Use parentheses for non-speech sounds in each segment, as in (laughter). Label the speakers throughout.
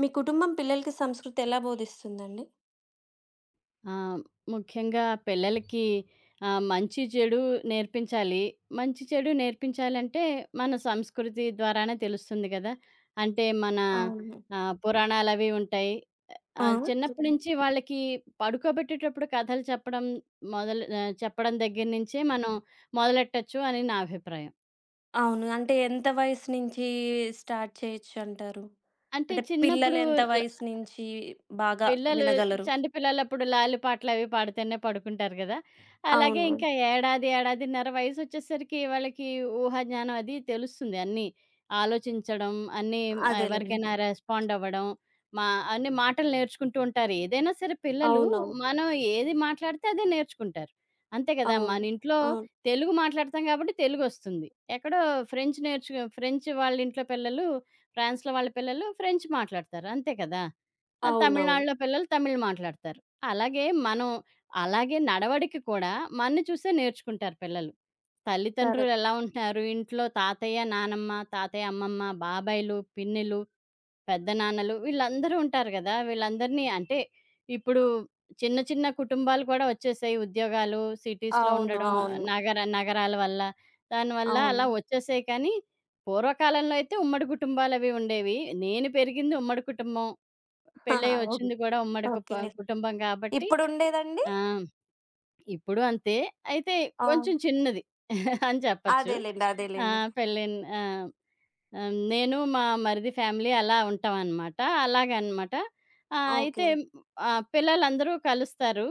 Speaker 1: మీ కుటుంబం పిల్లలకి సంస్కృతి ఎలా బోధిస్తుందండి?
Speaker 2: ఆ! ముఖ్యంగా పిల్లలకి మంచి, చెడు నేర్పించాలి. మంచి, చెడు నేర్పించాలంటే మన సంస్కృతి ద్వారానే తెలుస్తుంది గదా! అంటే మన
Speaker 1: అవును.
Speaker 2: పురాణాలవి ఉంటాయి.
Speaker 1: ఆ!
Speaker 2: చిన్నప్పటి నుంచి వాళ్ళకి పడుకోబెట్టేటప్పుడు కథలు చెప్పడం మొదలు చెప్పడం దగ్గర నుంచే మనం మొదలెట్టొచ్చు అని నా అభిప్రాయం.
Speaker 1: అవును. అంటే ఎంత వయసు నుంచి స్టార్ట్ చేయొచ్చంటారు?
Speaker 2: అంటే
Speaker 1: అంటే పిల్లలు
Speaker 2: చిన్నప్పుడు
Speaker 1: ఎంత
Speaker 2: ల
Speaker 1: వయసు నుంచి బాగా
Speaker 2: పిల్లలు
Speaker 1: వినగలరు?
Speaker 2: చంటి పిల్లలప్పుడు లాలి పాటలవి పాడుతూనే పడుకుంటారు గదా! అలాగే
Speaker 1: అవును.
Speaker 2: ఇంకా 1, 1.5 వయసొచ్చేసరికి వాళ్ళకి ఊహాజ్ఞానం అది తెలుస్తుంది. అన్నీ ఆలోచించడం, అన్నీ ఆ,
Speaker 1: అదేలెండి.
Speaker 2: ఎవరికైనా రెస్పాండ్ అవ్వడం, మా అన్ని మాటలు నేర్చుకుంటూ ఉంటారు. ఏదైనా సరే పిల్లలు
Speaker 1: అవునవును.
Speaker 2: మనం ఏది మాట్లాడితే అదే నేర్చుకుంటారు. అంతే గదా!
Speaker 1: అవును.
Speaker 2: మన ఇంట్లో
Speaker 1: అవును.
Speaker 2: తెలుగు మాట్లాడతాం గాబట్టి తెలుగొస్తుంది. ఎక్కడో ఫ్రెంచ్ నేర్చుకో ఫ్రెంచ్ వాళ్ళ ఇంట్లో పిల్లలు, ఫ్రాన్స్‌లో వాళ్ళ పిల్లలు ఫ్రెంచ్ మాట్లాడతారు. అంతే కదా! ఆ!
Speaker 1: అవునవును.
Speaker 2: తమిళనాడులో పిల్లలు తమిళ్ మాట్లాడతారు. అలాగే మనం అలాగే నడవడిక కూడా మన్ని చూసే నేర్చుకుంటారు పిల్లలు. తల్లితండ్రులు
Speaker 1: కరెక్ట్.
Speaker 2: ఎలా ఉంటున్నారు, ఇంట్లో తాతయ్య, నానమ్మ, తాతయ్య, అమ్మమ్మ, బాబాయిలు, పిన్నిలు, పెద్దనాన్నలు వీళ్ళందరూ ఉంటారు గదా! వీళ్ళందరినీ అంటే ఇప్పుడు
Speaker 1: అ
Speaker 2: చిన్న చిన్న కుటుంబాలు కూడా వచ్చేసాయి. ఉద్యోగాలు, సిటీస్‌లో
Speaker 1: అవును.
Speaker 2: ఉండడం,
Speaker 1: అవును.
Speaker 2: నగర నగరాల వల్ల. దానివల్ల
Speaker 1: అవును.
Speaker 2: అలా వచ్చేసాయి కానీ పూర్వకాలంలో అయితే ఉమ్మడి కుటుంబాలవి ఉండేవి. నేను పెరిగింది ఉమ్మడి కుటుంబం. పెళ్ళై
Speaker 1: (laughs)
Speaker 2: వచ్చింది కూడా ఉమ్మడి
Speaker 1: ఓకే.
Speaker 2: కుటుంబం కాబట్టి
Speaker 1: ఇప్పుడుండేదండి?
Speaker 2: ఆ! ఇప్పుడు అంతే. అయితే
Speaker 1: ఆ!
Speaker 2: కొంచెం చిన్నది (laughs) అని చెప్పచ్చు.
Speaker 1: అదేలెండి.
Speaker 2: ఆ!
Speaker 1: అదేలెండి.
Speaker 2: పెళ్ళైన ఆహ్, నేను మా మరిది ఫ్యామిలీ అలా ఉంటామనమాట. అలాగనమాట. అయితే
Speaker 1: ఓకే.
Speaker 2: పిల్లలందరూ కలుస్తారు.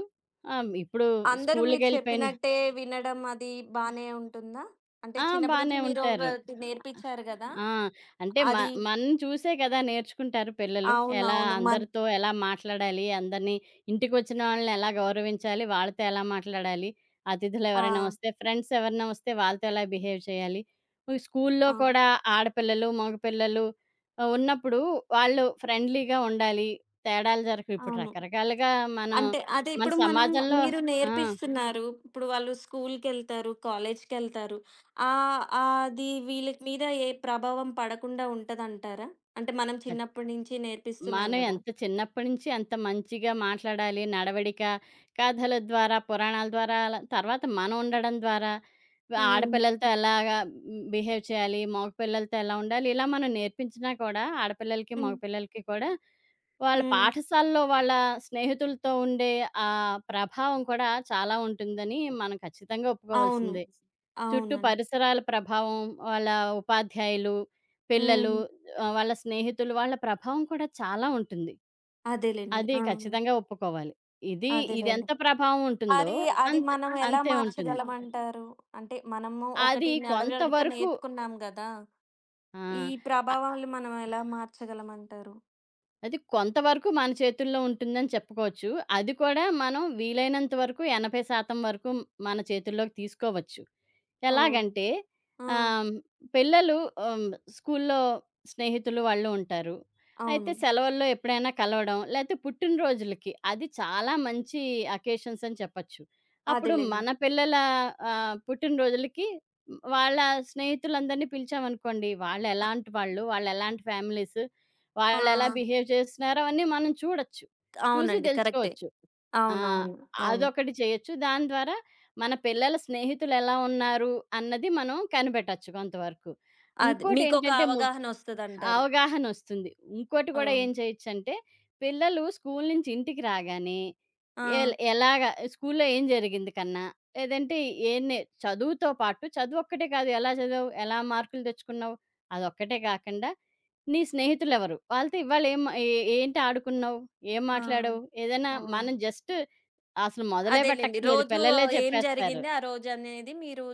Speaker 2: ఇప్పుడు
Speaker 1: అందరూ మీరు
Speaker 2: స్కూలుకెళ్ళిపోయిన
Speaker 1: చెప్పినట్టే వినడం అది బానే ఉంటుందా? అంటే
Speaker 2: ఆ!
Speaker 1: చిన్నప్పటి
Speaker 2: బానే
Speaker 1: నుంచి మీరు
Speaker 2: ఉంటారు.
Speaker 1: ఒకటి నేర్పించారు గదా!
Speaker 2: ఆ! అంటే
Speaker 1: అది
Speaker 2: మనం చూసే కదా నేర్చుకుంటారు పిల్లలు. ఎలా
Speaker 1: అవునవును.
Speaker 2: అందరితో ఎలా మాట్లాడాలి, అందరిని ఇంటికొచ్చిన వాళ్ళని ఎలా గౌరవించాలి, వాళ్ళతో ఎలా మాట్లాడాలి, అతిథులు
Speaker 1: ఆ!
Speaker 2: ఎవరైనా వస్తే, ఫ్రెండ్స్ ఎవరైనా వస్తే వాళ్ళతో ఎలా బిహేవ్ చేయాలి. ఈ స్కూల్లో
Speaker 1: అవును.
Speaker 2: కూడా ఆడపిల్లలు, మగపిల్లలు ఉన్నప్పుడు వాళ్ళు ఫ్రెండ్లీగా ఉండాలి. తేడాలు జరగవు. ఇప్పుడు
Speaker 1: అవును.
Speaker 2: రకరకాలుగా మనం
Speaker 1: అంటే అదే
Speaker 2: మన
Speaker 1: ఇప్పుడు మనం
Speaker 2: సమాజంలో
Speaker 1: మీరు
Speaker 2: ఆ!
Speaker 1: నేర్పిస్తున్నారు. ఇప్పుడు వాళ్ళు స్కూలుకెళ్తారు, కాలేజీకెళ్తారు. అది వీళ్ళ మీద ఏ ప్రభావం పడకుండా ఉంటదంటారా? అంటే మనం
Speaker 2: ఖచ్చితంగా.
Speaker 1: చిన్నప్పటి నుంచి నేర్పిస్తున్నాం
Speaker 2: మనం
Speaker 1: గదా!
Speaker 2: ఎంత చిన్నప్పటి నుంచి ఎంత మంచిగా మాట్లాడాలి, నడవడిక, కథల ద్వారా, పురాణాల ద్వారా, అలా తర్వాత మనం ఉండడం ద్వారా,
Speaker 1: హ్మ్.
Speaker 2: ఆడపిల్లలతో ఎలాగా బిహేవ్ చేయాలి, మగపిల్లలతో ఎలా ఉండాలి, ఇలా మనం నేర్పించినా కూడా ఆడపిల్లలకి,
Speaker 1: హ్మ్.
Speaker 2: మగపిల్లలకి కూడా వాళ్ళ
Speaker 1: హ్మ్.
Speaker 2: పాఠశాలలో వాళ్ళ స్నేహితులతో ఉండే ఆ ప్రభావం కూడా చాలా ఉంటుందని మనం ఖచ్చితంగా
Speaker 1: అవును.
Speaker 2: ఒప్పుకోవాల్సిందే. చుట్టూ
Speaker 1: అవునండి.
Speaker 2: పరిసరాల ప్రభావం, వాళ్ళ ఉపాధ్యాయులు, పిల్లలు,
Speaker 1: హ్మ్.
Speaker 2: వాళ్ళ స్నేహితులు, వాళ్ళ ప్రభావం కూడా చాలా ఉంటుంది.
Speaker 1: అదేలెండి.
Speaker 2: అది
Speaker 1: ఆ!
Speaker 2: ఖచ్చితంగా ఒప్పుకోవాలి. ఇది
Speaker 1: అదేలెండి.
Speaker 2: ఇదెంత ప్రభావం ఉంటుందో
Speaker 1: మరి అది
Speaker 2: అంత
Speaker 1: మనం ఎలా
Speaker 2: అంతే ఉంటుంది.
Speaker 1: మార్చగలమంటారు? అంటే మనము
Speaker 2: అది
Speaker 1: ఒకటి నడవడిక
Speaker 2: కొంతవరకు
Speaker 1: నేర్చుకున్నాం గదా!
Speaker 2: ఆ!
Speaker 1: ఈ
Speaker 2: ఆహ్,
Speaker 1: ప్రభావాలు మనం ఎలా మార్చగలమంటారు?
Speaker 2: అది కొంతవరకు మన చేతుల్లో ఉంటుందని చెప్పుకోవచ్చు. అది కూడా మనం వీలైనంత వరకు 80% వరకు మన చేతుల్లోకి తీసుకోవచ్చు.
Speaker 1: ఓహ్!
Speaker 2: ఎలాగంటే
Speaker 1: ఆ!
Speaker 2: ఆహ్, పిల్లలు ఆహ్, స్కూల్లో స్నేహితులు వాళ్ళు ఉంటారు. అయితే
Speaker 1: అవును.
Speaker 2: సెలవుల్లో ఎప్పుడైనా కలవడం, లేతే పుట్టినరోజులకి అది చాలా మంచి అకేషన్స్ అని చెప్పొచ్చు. అప్పుడు
Speaker 1: అదేలెండి.
Speaker 2: మన పిల్లల పుట్టినరోజులకి వాళ్ళ స్నేహితులందరినీ పిలిచామనుకోండి,
Speaker 1: అ
Speaker 2: వాళ్ళెలాంటి వాళ్ళు, వాళ్ళెలాంటి ఫ్యామిలీస్,
Speaker 1: ఆ!
Speaker 2: వాళ్ళెలా బిహేవ్ చేస్తున్నారో అవన్నీ మనం చూడొచ్చు. చూసి
Speaker 1: అవునండి. కరెక్టే.
Speaker 2: తెలుసుకోవచ్చు. ఆ!
Speaker 1: అవునవును. అవును. అవును
Speaker 2: అదొకటి చేయొచ్చు. దాని ద్వారా మన పిల్లల స్నేహితులెలా ఉన్నారు అన్నది మనం కనిపెట్టొచ్చు కొంతవరకు.
Speaker 1: అది మీకొక
Speaker 2: ఇంకోటేంటంటే ము
Speaker 1: అవగాహనొస్తదంటారు.
Speaker 2: అవగాహనొస్తుంది. ఇంకోటి గూడా
Speaker 1: ఓహ్!
Speaker 2: ఏం చేయొచ్చంటే, పిల్లలు స్కూలు నుంచి ఇంటికి రాగానే
Speaker 1: ఆ!
Speaker 2: ఎలాగా స్కూలులో ఏం జరిగింది కన్నా, లేదంటే ఏం నే చదువుతో పాటు చదువొక్కటే కాదు, ఎలా చదివావు? ఎలా మార్కులు తెచ్చుకున్నావు? అదొక్కటే కాకుండా, నీ స్నేహితులెవరు? వాళ్ళతో ఇవాళ ఏం ఏ ఏంటి ఆడుకున్నావు? ఏం
Speaker 1: ఆ!
Speaker 2: మాట్లాడావు? ఏదైనా
Speaker 1: ఓహ్!
Speaker 2: మనం జస్ట్ అసలు మొదలే
Speaker 1: అదేలెండి.
Speaker 2: పెట్టక్కర్లేదు.
Speaker 1: రోజు
Speaker 2: పిల్లలే
Speaker 1: ఏం
Speaker 2: చెప్పేస్తారు.
Speaker 1: జరిగింది ఆ రోజనేది మీరు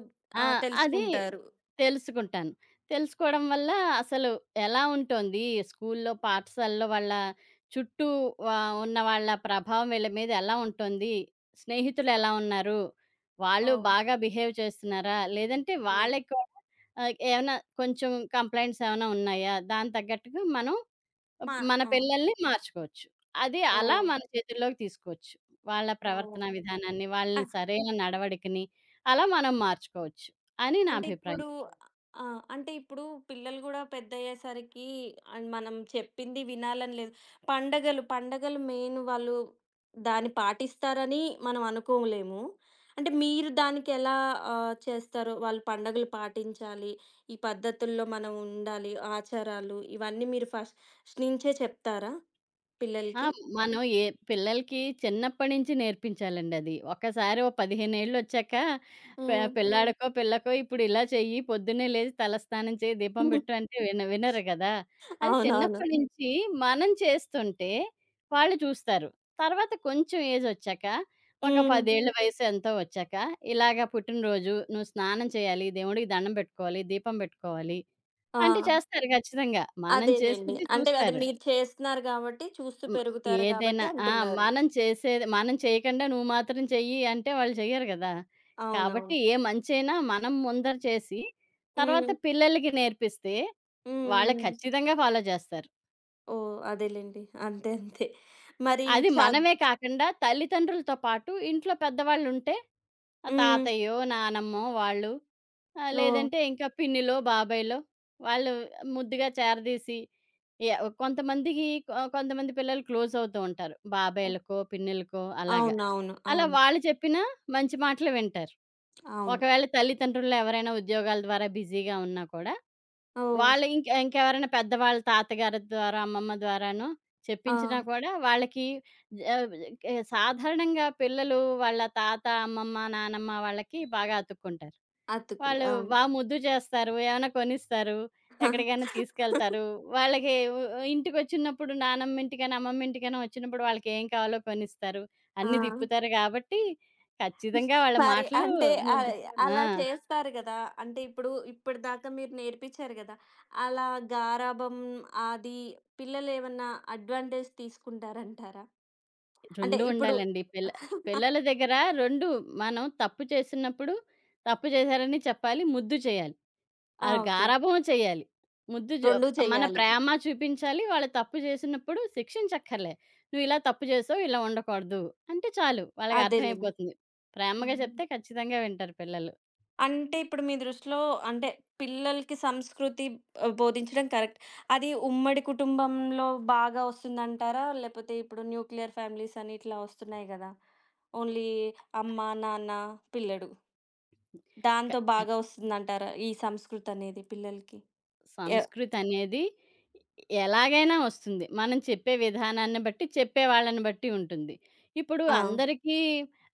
Speaker 2: ఆ! అది
Speaker 1: తెలుసుకుంటారు.
Speaker 2: తెలుసుకుంటాను. తెలుసుకోవడం వల్ల అసలు ఎలా ఉంటోంది స్కూల్లో, పాఠశాలలో వాళ్ళ చుట్టూ ఉన్న వాళ్ళ ప్రభావం వీళ్ళ మీద ఎలా ఉంటోంది? స్నేహితులు
Speaker 1: ఆ!
Speaker 2: ఎలా ఉన్నారు? వాళ్ళు
Speaker 1: ఓహ్!
Speaker 2: బాగా బిహేవ్ చేస్తున్నారా? లేదంటే
Speaker 1: లేదు.
Speaker 2: వాళ్ళకి కూడా ఏమన్నా కొంచెం కంప్లెయింట్స్ ఏమైనా ఉన్నాయా? దానికి తగ్గట్టుగా మనం
Speaker 1: మా
Speaker 2: మన
Speaker 1: ఆ!
Speaker 2: పిల్లల్ని మార్చుకోవచ్చు. అది అలా
Speaker 1: ఓహ్!
Speaker 2: మన చేతుల్లోకి తీసుకోవచ్చు. వాళ్ళ ప్రవర్తన
Speaker 1: ఓహ్!
Speaker 2: విధానాన్ని, వాళ్ళ సరైన నడవడికని అలా మనం మార్చుకోవచ్చు అని నా
Speaker 1: అంటే
Speaker 2: అభిప్రాయం.
Speaker 1: ఇప్పుడు ఆ! అంటే ఇప్పుడు పిల్లలు గూడా పెద్దయ్యేసరికి అండ్ మనం చెప్పింది వినాలని లేదు. పండగలు మెయిన్ వాళ్ళు దాన్ని పాటిస్తారని మనం అనుకోలేము. అంటే మీరు దానికెలా చేస్తారో వాళ్ళు పండగలు పాటించాలి, ఈ పద్ధతుల్లో మనం ఉండాలి, ఆచారాలు ఇవన్నీ మీరు ఫస్ట్ నుంచే చెప్తారా
Speaker 2: ఆ!
Speaker 1: పిల్లలకి?
Speaker 2: మనం ఏ పిల్లలకి చిన్నప్పటి నుంచి నేర్పించాలండి అది. ఒక్కసారి ఓ 15 ఏళ్ళొచ్చాక ప హ్మ్.
Speaker 1: హ్మ్.
Speaker 2: పిల్లాడికో, పిల్లకో ఇప్పుడు ఇలా చెయ్యి, పొద్దున్నే లేచి తలస్నానం చేయి, దీపం పెట్టు
Speaker 1: (laughs)
Speaker 2: అంటే వినరు గదా! అది
Speaker 1: అవునవును.
Speaker 2: చిన్నప్పటి నుంచి మనం చేస్తుంటే వాళ్ళు చూస్తారు. తర్వాత కొంచెం ఏజొచ్చాక ఒక
Speaker 1: హ్మ్.
Speaker 2: 10 ఏళ్ల వయసు ఎంతో వచ్చాక ఇలాగ పుట్టినరోజు నువ్వు స్నానం చేయాలి, దేవుడికి దండం పెట్టుకోవాలి, దీపం పెట్టుకోవాలి
Speaker 1: ఆ!
Speaker 2: అంటే చేస్తారు ఖచ్చితంగా. మనం
Speaker 1: అదేలెండి.
Speaker 2: చేసేది
Speaker 1: అంటే అది
Speaker 2: చూస్తారు.
Speaker 1: మీరు చేస్తున్నారు గాబట్టి, చూస్తూ
Speaker 2: హ్మ్.
Speaker 1: పెరుగుతారు
Speaker 2: ఏదైనా
Speaker 1: గాబట్టి
Speaker 2: ఆ!
Speaker 1: అంటున్నారు.
Speaker 2: మనం చేసేది మనం చేయకుండా నువ్వు మాత్రం చెయ్యి అంటే వాళ్ళు చెయ్యరు గదా! కాబట్టి
Speaker 1: అవునవును.
Speaker 2: ఏ మంచైనా మనం ముందర చేసి,
Speaker 1: హ్మ్.
Speaker 2: తర్వాత పిల్లలకి నేర్పిస్తే,
Speaker 1: హ్మ్.
Speaker 2: వాళ్ళు
Speaker 1: హ్మ్.
Speaker 2: ఖచ్చితంగా ఫాలో చేస్తారు.
Speaker 1: ఓహ్! అదేలెండి. అంతే. అంతే. మరి ఇవి
Speaker 2: అది మనమే కాకుండా తల్లిదండ్రులతో పాటు ఇంట్లో పెద్దవాళ్ళుంటే, ఆ
Speaker 1: హ్మ్.
Speaker 2: తాతయ్యో, నానమ్మో వాళ్ళు
Speaker 1: ఓహ్!
Speaker 2: లేదంటే ఇంకా పిన్నిలో, బాబాయ్‌లో వాళ్ళు ముద్దుగా చేరదీసి య కొంతమందికి కొంతమంది పిల్లలు క్లోజ్ అవుతూ ఉంటారు.
Speaker 1: ఓహ్!
Speaker 2: బాబాయ్‌లకో, పిన్నిలకో అలాగా.
Speaker 1: అవునవును.
Speaker 2: అలా
Speaker 1: అవును.
Speaker 2: వాళ్ళు చెప్పిన మంచి మాటలు వింటారు.
Speaker 1: అవును.
Speaker 2: ఒకవేళ తల్లిదండ్రుల్లో ఎవరైనా ఉద్యోగాల ద్వారా బిజీగా ఉన్నా కూడా
Speaker 1: ఓహ్!
Speaker 2: వాళ్ళ ఇంకెవరైనా పెద్దవాళ్ళ తాతగారి ద్వారా, అమ్మమ్మ ద్వారానో
Speaker 1: ఆ!
Speaker 2: చెప్పించినా కూడా వాళ్ళకి ఆహ్, సాధారణంగా పిల్లలు వాళ్ళ తాత, అమ్మమ్మ, నానమ్మ వాళ్ళకి బాగా అతుక్కుంటారు.
Speaker 1: అతుక్కుంటా.
Speaker 2: వాళ్ళు
Speaker 1: అవును.
Speaker 2: ముద్దు చేస్తారు. ఏమైనా కొనిస్తారు. ఎక్కడికైనా
Speaker 1: (laughs)
Speaker 2: తీసుకెళ్తారు. వాళ్ళకి ఉ ఇంటికొచ్చినప్పుడు నానమ్మ ఇంటికైనా, అమ్మమ్మ ఇంటికైనా వచ్చినప్పుడు వాళ్ళకేం కావాలో కొనిస్తారు.
Speaker 1: ఆ!
Speaker 2: అన్నీ తిప్పుతారు కాబట్టి ఖచ్చితంగా వాళ్ళ
Speaker 1: మరి
Speaker 2: మాటలు
Speaker 1: అంటే ఆ
Speaker 2: ముద్దు
Speaker 1: (laughs)
Speaker 2: ఆ!
Speaker 1: అలా చేస్తారు గదా! అంటే ఇప్పుడు ఇప్పటిదాకా మీరు నేర్పించారు గదా! అలా గారాబం అది పిల్లలేమన్నా అడ్వాంటేజ్ తీసుకుంటారంటారా? అంటే
Speaker 2: 2
Speaker 1: ఇప్పుడు
Speaker 2: ఉండాలండి.
Speaker 1: (laughs)
Speaker 2: పిల్లల దగ్గర 2 మనం తప్పు చేసినప్పుడు తప్పు చేశారని చెప్పాలి. ముద్దు చేయాలి.
Speaker 1: ఆ!
Speaker 2: ఆ
Speaker 1: ఓకే.
Speaker 2: గారాబం చేయాలి. ముద్దు జు
Speaker 1: 2
Speaker 2: మన
Speaker 1: చేయాలి.
Speaker 2: ప్రేమ చూపించాలి. వాళ్ళు తప్పు చేసినప్పుడు శిక్షించక్కర్లే. "నువ్వు ఇలా తప్పు చేసావు. ఇలా ఉండకూడదు" అంటే చాలు. వాళ్ళకి
Speaker 1: అదేలెండి.
Speaker 2: అర్థమైపోతుంది. ప్రేమగా
Speaker 1: హ్మ్.
Speaker 2: చెప్తే ఖచ్చితంగా వింటారు పిల్లలు.
Speaker 1: అంటే ఇప్పుడు మీ దృష్టిలో అంటే పిల్లలకి సంస్కృతి బోధించడం కరెక్ట్. అది ఉమ్మడి కుటుంబంలో బాగా వస్తుందంటారా? లేపోతే ఇప్పుడు న్యూక్లియర్ ఫ్యామిలీస్ అని ఇట్లా వస్తున్నాయి గదా! ఓన్లీ అమ్మ, నాన్న, పిల్లడు.
Speaker 2: క
Speaker 1: దాంతో బాగా వస్తుందంటారా? ఈ సంస్కృతి అనేది పిల్లలకి? ఎ
Speaker 2: సంస్కృతి అనేది ఎలాగైనా వస్తుంది. మనం చెప్పే విధానాన్ని బట్టి, చెప్పేవాళ్ళని బట్టి ఉంటుంది. ఇప్పుడు
Speaker 1: ఆ!
Speaker 2: అందరికీ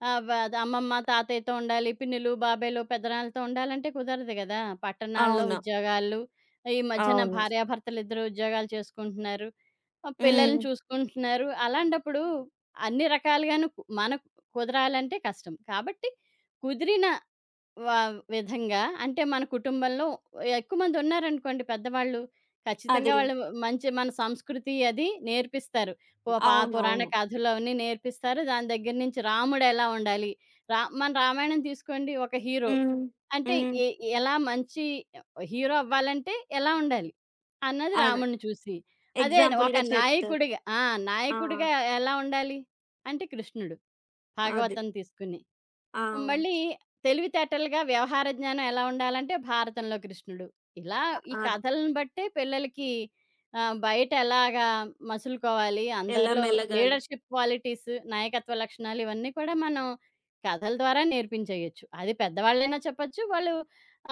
Speaker 2: అది అమ్మమ్మ, తాతయ్యతో ఉండాలి, పిన్నులు, బాబాయిలు, పెదనాన్నలతో ఉండాలంటే కుదరదు గదా! పట్టణాల్లో
Speaker 1: అవును.
Speaker 2: ఉద్యోగాలు, ఈ మధ్యన
Speaker 1: అవును.
Speaker 2: భార్యాభర్తలిద్దరూ ఉద్యోగాలు చేసుకుంటున్నారు. పిల్లల్ని
Speaker 1: హ్మ్.
Speaker 2: చూసుకుంటున్నారు. అలాంటప్పుడు అన్ని రకాలుగాను మనకు కుదరాలంటే కష్టం. కాబట్టి కుదిరిన వ విధంగా అంటే మన కుటుంబంలో ఎక్కువ మంది ఉన్నారనుకోండి పెద్దవాళ్ళు. ఖచ్చితంగా
Speaker 1: అదేలే.
Speaker 2: వాళ్ళు మంచి మన సంస్కృతి అది నేర్పిస్తారు. పు పా పురాణ
Speaker 1: అవునవును.
Speaker 2: కథలు అవన్నీ నేర్పిస్తారు. దాని దగ్గర నుంచి రాముడు ఎలా ఉండాలి? మన రామాయణం తీసుకోండి ఒక హీరో.
Speaker 1: హ్మ్.
Speaker 2: అంటే
Speaker 1: హ్మ్.
Speaker 2: ఎ ఎలా మంచి హీరో అవ్వాలంటే ఎలా ఉండాలి? అన్నది
Speaker 1: అదే.
Speaker 2: రాముడిని చూసి. అదే ఒక
Speaker 1: ఎగ్జాంపుల్‌గా చెప్తారు.
Speaker 2: నాయకుడిగా ఆ!
Speaker 1: ఆ!
Speaker 2: నాయకుడిగా ఎలా ఉండాలి? అంటే కృష్ణుడు.
Speaker 1: అది.
Speaker 2: భాగవతం తీసుకుని.
Speaker 1: ఆ! ఓహ్!
Speaker 2: మళ్ళీ తెలివితేటలుగా వ్యవహార జ్ఞానం ఎలా ఉండాలంటే 'భారతంలో కృష్ణుడు.' ఇలా ఈ
Speaker 1: అ
Speaker 2: కథలను బట్టే పిల్లలకి బయట ఎలాగా మసులుకోవాలి,
Speaker 1: ఎలా
Speaker 2: అందరిలో
Speaker 1: మెలగాలి.
Speaker 2: లీడర్‌షిప్ క్వాలిటీస్, నాయకత్వ లక్షణాలు ఇవన్నీ కూడా మనం కథల ద్వారా నేర్పించేయొచ్చు. అది పెద్దవాళ్ళైనా చెప్పచ్చు. వాళ్ళు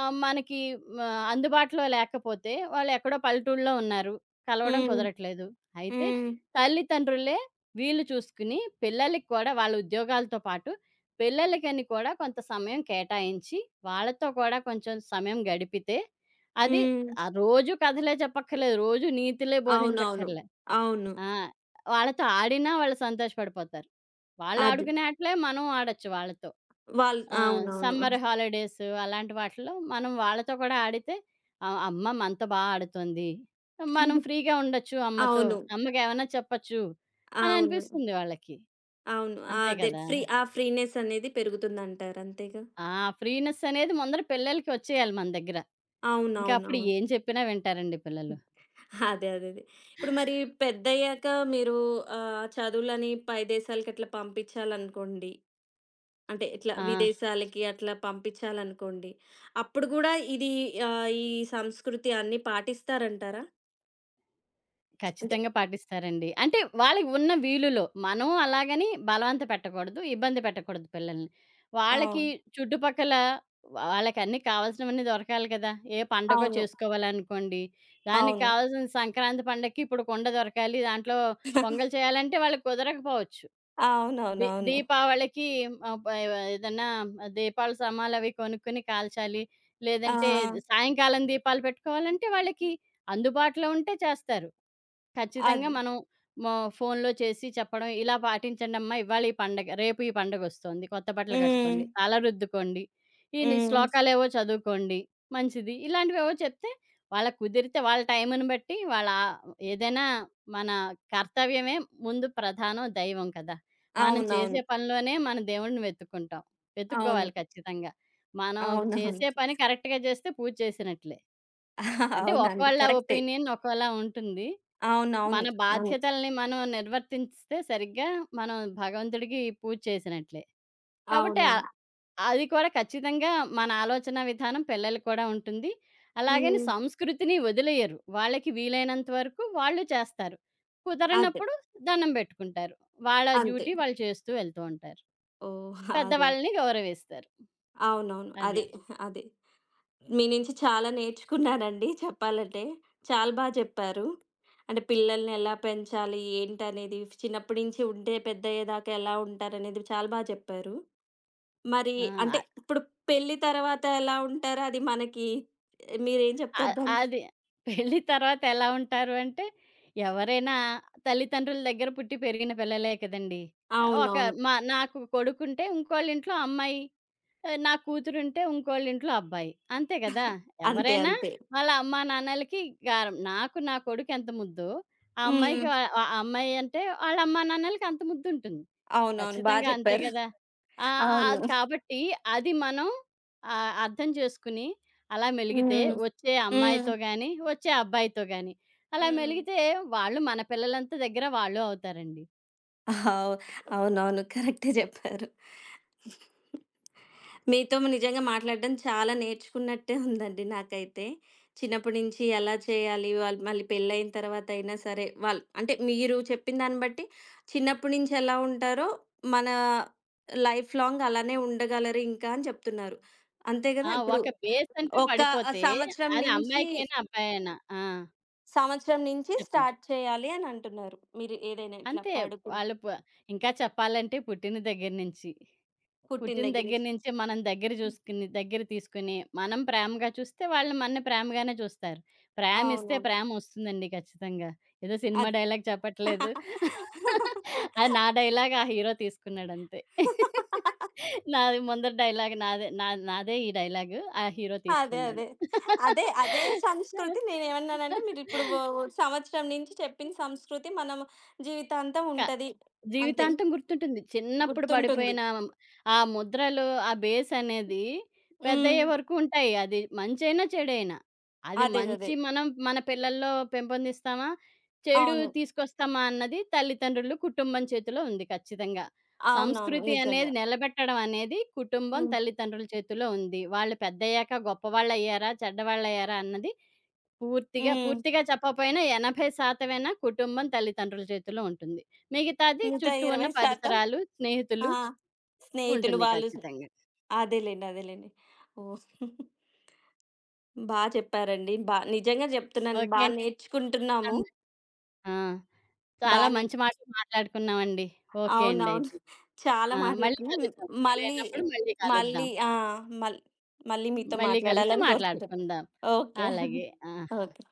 Speaker 2: మనకి మ అందుబాటులో లేకపోతే వాళ్ళు ఎక్కడో పల్లెటూరులో ఉన్నారు. కలవడం
Speaker 1: హ్మ్.
Speaker 2: కుదరట్లేదు. అయితే
Speaker 1: హ్మ్.
Speaker 2: తల్లిదండ్రులే వీలు చూసుకుని పిల్లలకి కూడా వాళ్ళ ఉద్యోగాలతో పాటు పిల్లలకని కూడా కొంత సమయం కేటాయించి, వాళ్ళతో కూడా కొంచెం సమయం గడిపితే, అది
Speaker 1: హ్మ్.
Speaker 2: రోజు కథలే చెప్పక్కర్లేదు. రోజు నీతులే
Speaker 1: అవునవును.
Speaker 2: బోధించక్కర్లే.
Speaker 1: అవును.
Speaker 2: ఆ! వాళ్ళతో ఆడినా వాళ్ళు సంతోషపడిపోతారు. వాళ్ళు
Speaker 1: అది.
Speaker 2: ఆడుకునే ఆటలే మనం ఆడొచ్చు వాళ్ళతో.
Speaker 1: వాళ్ళు
Speaker 2: ఆ!
Speaker 1: అవునవును.
Speaker 2: సమ్మర్ హాలిడేస్ అలాంటి వాటిలో మనం వాళ్ళతో కూడా ఆడితే, అమ్మ మనతో బా ఆడుతుంది. మనం
Speaker 1: (laughs)
Speaker 2: ఫ్రీగా ఉండొచ్చు అమ్మతో.
Speaker 1: అవును.
Speaker 2: అమ్మకేమన్నా చెప్పొచ్చు అని
Speaker 1: అవును.
Speaker 2: అనిపిస్తుంది వాళ్ళకి.
Speaker 1: అవును.
Speaker 2: అంతే
Speaker 1: అదే
Speaker 2: కదా!
Speaker 1: ఫ్రీ ఆ ఫ్రీనెస్ అనేది పెరుగుతుందంటారు అంతేగా?
Speaker 2: ఆ! ఫ్రీనెస్ అనేది ముందర పిల్లలకి వచ్చేయాలి మన దగ్గర. ఇంకా అప్పుడు
Speaker 1: అవునవునవును.
Speaker 2: ఏం చెప్పినా వింటారండి పిల్లలు.
Speaker 1: అదే. అదే. అదే. ఇప్పుడు మరి పెద్దయ్యాక మీరు చదువులని పై దేశాలకి అట్లా పంపించాలనుకోండి. అంటే ఇట్లా
Speaker 2: ఆ!
Speaker 1: విదేశాలకి అట్లా పంపించాలనుకోండి. అప్పుడు గూడా ఇది ఈ సంస్కృతి అన్నీ పాటిస్తారంటారా? అంటే
Speaker 2: ఖచ్చితంగా పాటిస్తారండి. అంటే వాళ్ళకి ఉన్న వీలులో మనం అలాగని బలవంత పెట్టకూడదు, ఇబ్బంది పెట్టకూడదు పిల్లల్ని.
Speaker 1: ఆ!
Speaker 2: వాళ్ళకి చుట్టుపక్కల వాళ్ళకి అన్నీ కావాల్సినవన్నీ దొరకాలి కదా! ఏ పండగో
Speaker 1: అవును.
Speaker 2: చేసుకోవాలనుకోండి, దానికి
Speaker 1: అవును.
Speaker 2: కావాల్సిన సంక్రాంతి పండగకి ఇప్పుడు కుండ దొరకాలి, దాంట్లో పొంగల్ చేయాలంటే వాళ్ళకి కుదరకపోవచ్చు.
Speaker 1: అవునవునవును.
Speaker 2: దీపావళికి ఆహ్, ప ఏదన్నా దీపాల సామాలవి కొనుక్కొని కాల్చాలి.
Speaker 1: ఆ!
Speaker 2: లేదంటే సాయంకాలం దీపాలు పెట్టుకోవాలంటే వాళ్ళకి అందుబాటులో ఉంటే చేస్తారు. ఖచ్చితంగా
Speaker 1: అది.
Speaker 2: మనం మో ఫోన్‌లో చేసి చెప్పడం, ఇలా పాటించండమ్మా ఇవాళ ఈ పండగ, రేపు ఈ పండగొస్తోంది. కొత్త బట్టలు
Speaker 1: హ్మ్.
Speaker 2: కట్టుకోండి, తల రుద్దుకోండి, ఈ ని
Speaker 1: హ్మ్.
Speaker 2: శ్లోకాలేవో చదువుకోండి మంచిది. ఇలాంటివేవో చెప్తే వాళ్ళకి కుదిరితే వాళ్ళ టైముని బట్టి వాళ్ళ ఆ- ఏదైనా మన కర్తవ్యమే ముందు ప్రధానం, దైవం కదా! మనం చేసే
Speaker 1: అవునవును.
Speaker 2: పనిలోనే మన దేవుడిని వెతుక్కుంటాం.
Speaker 1: అవును.
Speaker 2: వెతుక్కోవాలి ఖచ్చితంగా. మనం
Speaker 1: అవునవును.
Speaker 2: చేసే పని కరెక్ట్‌గా చేస్తే పూజ చేసినట్లే.
Speaker 1: ఆహా,
Speaker 2: అంటే
Speaker 1: అవునండి.
Speaker 2: ఒకళ్ళ
Speaker 1: కరెక్టే.
Speaker 2: ఒపీనియన్ ఒకలా ఉంటుంది.
Speaker 1: అవునవును.
Speaker 2: మన
Speaker 1: అవును.
Speaker 2: బాధ్యతల్ని మనం నిర్వర్తించితే సరిగ్గా మనం భగవంతుడికి పూజ చేసినట్లే. కాబట్టి
Speaker 1: అవునవును.
Speaker 2: అది కూడా ఖచ్చితంగా మన ఆలోచన విధానం పిల్లలకి కూడా ఉంటుంది. అలాగని
Speaker 1: హ్మ్.
Speaker 2: సంస్కృతిని వదిలేయరు. వాళ్ళకి వీలైనంత వరకు వాళ్ళు చేస్తారు.
Speaker 1: అదే.
Speaker 2: కుదరనప్పుడు దండం పెట్టుకుంటారు. వాళ్ళ
Speaker 1: అంతే.
Speaker 2: డ్యూటీ వాళ్ళు చేస్తూ వెళ్తూ ఉంటారు.
Speaker 1: ఓహ్! అదే. అదే.
Speaker 2: పెద్దవాళ్ళని గౌరవిస్తారు.
Speaker 1: అవునవును. అదే.
Speaker 2: అది.
Speaker 1: అదే. మీ నుంచి చాలా నేర్చుకున్నానండి చెప్పాలంటే. చాలా బా జెప్పారు. అంటే పిల్లల్ని ఎలా పెంచాలి? ఏంటనేది చిన్నప్పటి నుంచి ఉంటే పెద్దయ్యేదాకా ఎలా ఉంటారనేది చాలా బా జెప్పారు. మరి అంటే
Speaker 2: ఆ!
Speaker 1: ఇప్పుడు పెళ్లి తర్వాత ఎలా ఉంటారో అది మనకి మీరేం
Speaker 2: అ
Speaker 1: చెప్తారు దానికి?
Speaker 2: అది. పెళ్లి తర్వాత ఎలా ఉంటారు అంటే, ఎవరైనా తల్లిదండ్రుల దగ్గర పుట్టి పెరిగిన పిల్లలే కదండీ! ఒక
Speaker 1: అవునవును.
Speaker 2: మా నాకు కొడుకుంటే ఇంకోళ్ళింట్లో అమ్మాయి, నా కూతురుంటే ఇంకోళ్ళింట్లో అబ్బాయి. అంతే కదా!
Speaker 1: అంతే.
Speaker 2: ఎవరైనా
Speaker 1: అంతే.
Speaker 2: వాళ్ళ అమ్మా, నాన్నలకి గారం. నాకు నా కొడుకెంత ముద్దో, ఆ
Speaker 1: హ్మ్.
Speaker 2: అమ్మాయికి వా- ఆ అమ్మాయి అంటే వాళ్ళ అమ్మా, నాన్నలకి అంత ముద్దుంటుంది.
Speaker 1: అవునవును. బా
Speaker 2: ఖచ్చితంగా అంతే
Speaker 1: జెప్పారు.
Speaker 2: కదా! ఆ! ఆ,
Speaker 1: అవును.
Speaker 2: అది కాబట్టి అది మనం అర్థం చేసుకుని అలా మెలిగితే
Speaker 1: హ్మ్.
Speaker 2: వచ్చే
Speaker 1: హ్మ్.
Speaker 2: అమ్మాయితో గాని, వచ్చే అబ్బాయితో గాని అలా
Speaker 1: హ్మ్.
Speaker 2: మెలిగితే వాళ్ళు మన పిల్లలంత దగ్గర వాళ్ళు అవుతారండి.
Speaker 1: అవ్ అవునవును. కరెక్టే జెప్పారు. మీతో నిజంగా మాట్లాడడం చాలా నేర్చుకున్నట్టే ఉందండి నాకైతే. చిన్నప్పటి నుంచి ఎలా చేయాలి? వాళ్ళు మళ్ళీ పెళ్ళైన తర్వాత అయినా సరే, వాళ్ళు అంటే మీరు చెప్పిన దాన్ని బట్టి చిన్నప్పటి నుంచి ఎలా ఉంటారో, మన లైఫ్ లాంగ్ అలానే ఉండగలరు ఇంకా అని చెప్తున్నారు. అంతే
Speaker 2: ఆ!
Speaker 1: కదా! ఇప్పుడు
Speaker 2: ఒక బేస్ అంటూ
Speaker 1: ఒక
Speaker 2: పడిపోతే
Speaker 1: సంవత్సరం
Speaker 2: అది
Speaker 1: నుంచి
Speaker 2: అమ్మాయికైనా, అబ్బాయైనా. ఆ! చెప్పండి.
Speaker 1: స్టార్ట్ చేయాలి అని అంటున్నారు. మీరు ఏదైనా ఇట్లా
Speaker 2: అంతే
Speaker 1: పడుకుని
Speaker 2: వాళ్ళు ప ఇంకా చెప్పాలంటే పుట్టిన దగ్గర నుంచి.
Speaker 1: పుట్టిన
Speaker 2: పుట్టిన
Speaker 1: దగ్గర
Speaker 2: దగ్గర
Speaker 1: నుంచి.
Speaker 2: నుంచి మనం దగ్గర చూసుకుని దగ్గర తీసుకుని, మనం ప్రేమగా చూస్తే వాళ్ళు మనని ప్రేమగానే చూస్తారు. ప్రేమిస్తే
Speaker 1: అవునవును.
Speaker 2: ప్రేమొస్తుందండి ఖచ్చితంగా. ఏదో సినిమా
Speaker 1: అది.
Speaker 2: డైలాగ్ చెప్పట్లేదు.
Speaker 1: (laughs)
Speaker 2: అది నా డైలాగ్ ఆ హీరో తీసుకున్నాడంతే. నాది ముందర డైలాగ్ నాదే. నాదే ఈ డైలాగు. ఆ హీరో
Speaker 1: అదే.
Speaker 2: తీసుకున్నాడు.
Speaker 1: అదే. అదే, అదే సంస్కృతి నేనేమన్నానంటే మీరిప్పుడు ఓ సంవత్సరం నుంచి చెప్పిన సంస్కృతి మనం జీవితాంతం
Speaker 2: క
Speaker 1: ఉంటది. అంతే.
Speaker 2: జీవితాంతం గుర్తుంటుంది. చిన్నప్పుడు
Speaker 1: గుర్తుంటుంది.
Speaker 2: పడిపోయిన ఆ ముద్రలు, ఆ బేస్ అనేది
Speaker 1: హ్మ్.
Speaker 2: పెద్దయ్యే వరకు ఉంటాయి. అది మంచైనా, చెడైనా. అది
Speaker 1: అదే. అదే.
Speaker 2: మంచి మనం మన పిల్లల్లో పెంపొందిస్తామా? చెడు
Speaker 1: అవును.
Speaker 2: తీసుకొస్తామా? అన్నది తల్లిదండ్రులు, కుటుంబం చేతిలో ఉంది ఖచ్చితంగా.
Speaker 1: అవునవును.
Speaker 2: సంస్కృతి
Speaker 1: నిజంగా.
Speaker 2: అనేది నిలబెట్టడం అనేది కుటుంబం,
Speaker 1: హ్మ్.
Speaker 2: తల్లిదండ్రుల చేతిలో ఉంది. వాళ్ళు పెద్దయ్యాక గొప్పవాళ్ళయ్యారా? చెడ్డవాళ్ళయ్యారా? అన్నది పూర్తిగా,
Speaker 1: హ్మ్.
Speaker 2: పూర్తిగా చెప్పకపోయినా 80% కుటుంబం, తల్లిదండ్రుల చేతిలో ఉంటుంది. మిగతాది
Speaker 1: మిగతా
Speaker 2: చుట్టూ ఉన్న
Speaker 1: 20%
Speaker 2: పరిసరాలు,
Speaker 1: ఆ!
Speaker 2: స్నేహితులు
Speaker 1: స్నేహితులు
Speaker 2: ఉంటుంది
Speaker 1: వాళ్ళు
Speaker 2: ఖచ్చితంగా.
Speaker 1: అదేలెండి. అదేలెండి. ఓహ్! బా చెప్పారండి. బా నిజంగా జెప్తున్నాను.
Speaker 2: ఓకే
Speaker 1: బా
Speaker 2: అండి.
Speaker 1: నేర్చుకుంటున్నాము.
Speaker 2: ఆ!
Speaker 1: బా
Speaker 2: చాలా
Speaker 1: నే
Speaker 2: మంచి మాటలు మాట్లాడుకున్నామండి. ఓకే అండి
Speaker 1: అవునవును.
Speaker 2: అయితే.
Speaker 1: చాలా
Speaker 2: ఆ! మళ్ళీ
Speaker 1: మాట్లాడుకున్నాం. హ్మ్.
Speaker 2: కలుద్దాం.
Speaker 1: మళ్ళీ
Speaker 2: వీలైనప్పుడు మళ్ళీ
Speaker 1: మళ్ళీ
Speaker 2: కలుద్దాం.
Speaker 1: ఆ! మళ్ మళ్ళీ మీతో
Speaker 2: మళ్ళీ కలిసి
Speaker 1: మాట్లాడాలని కోరుకుంటున్నాను.
Speaker 2: మాట్లాడుకుందాం.
Speaker 1: ఓకే.
Speaker 2: అలాగే. ఆ!
Speaker 1: ఓకే.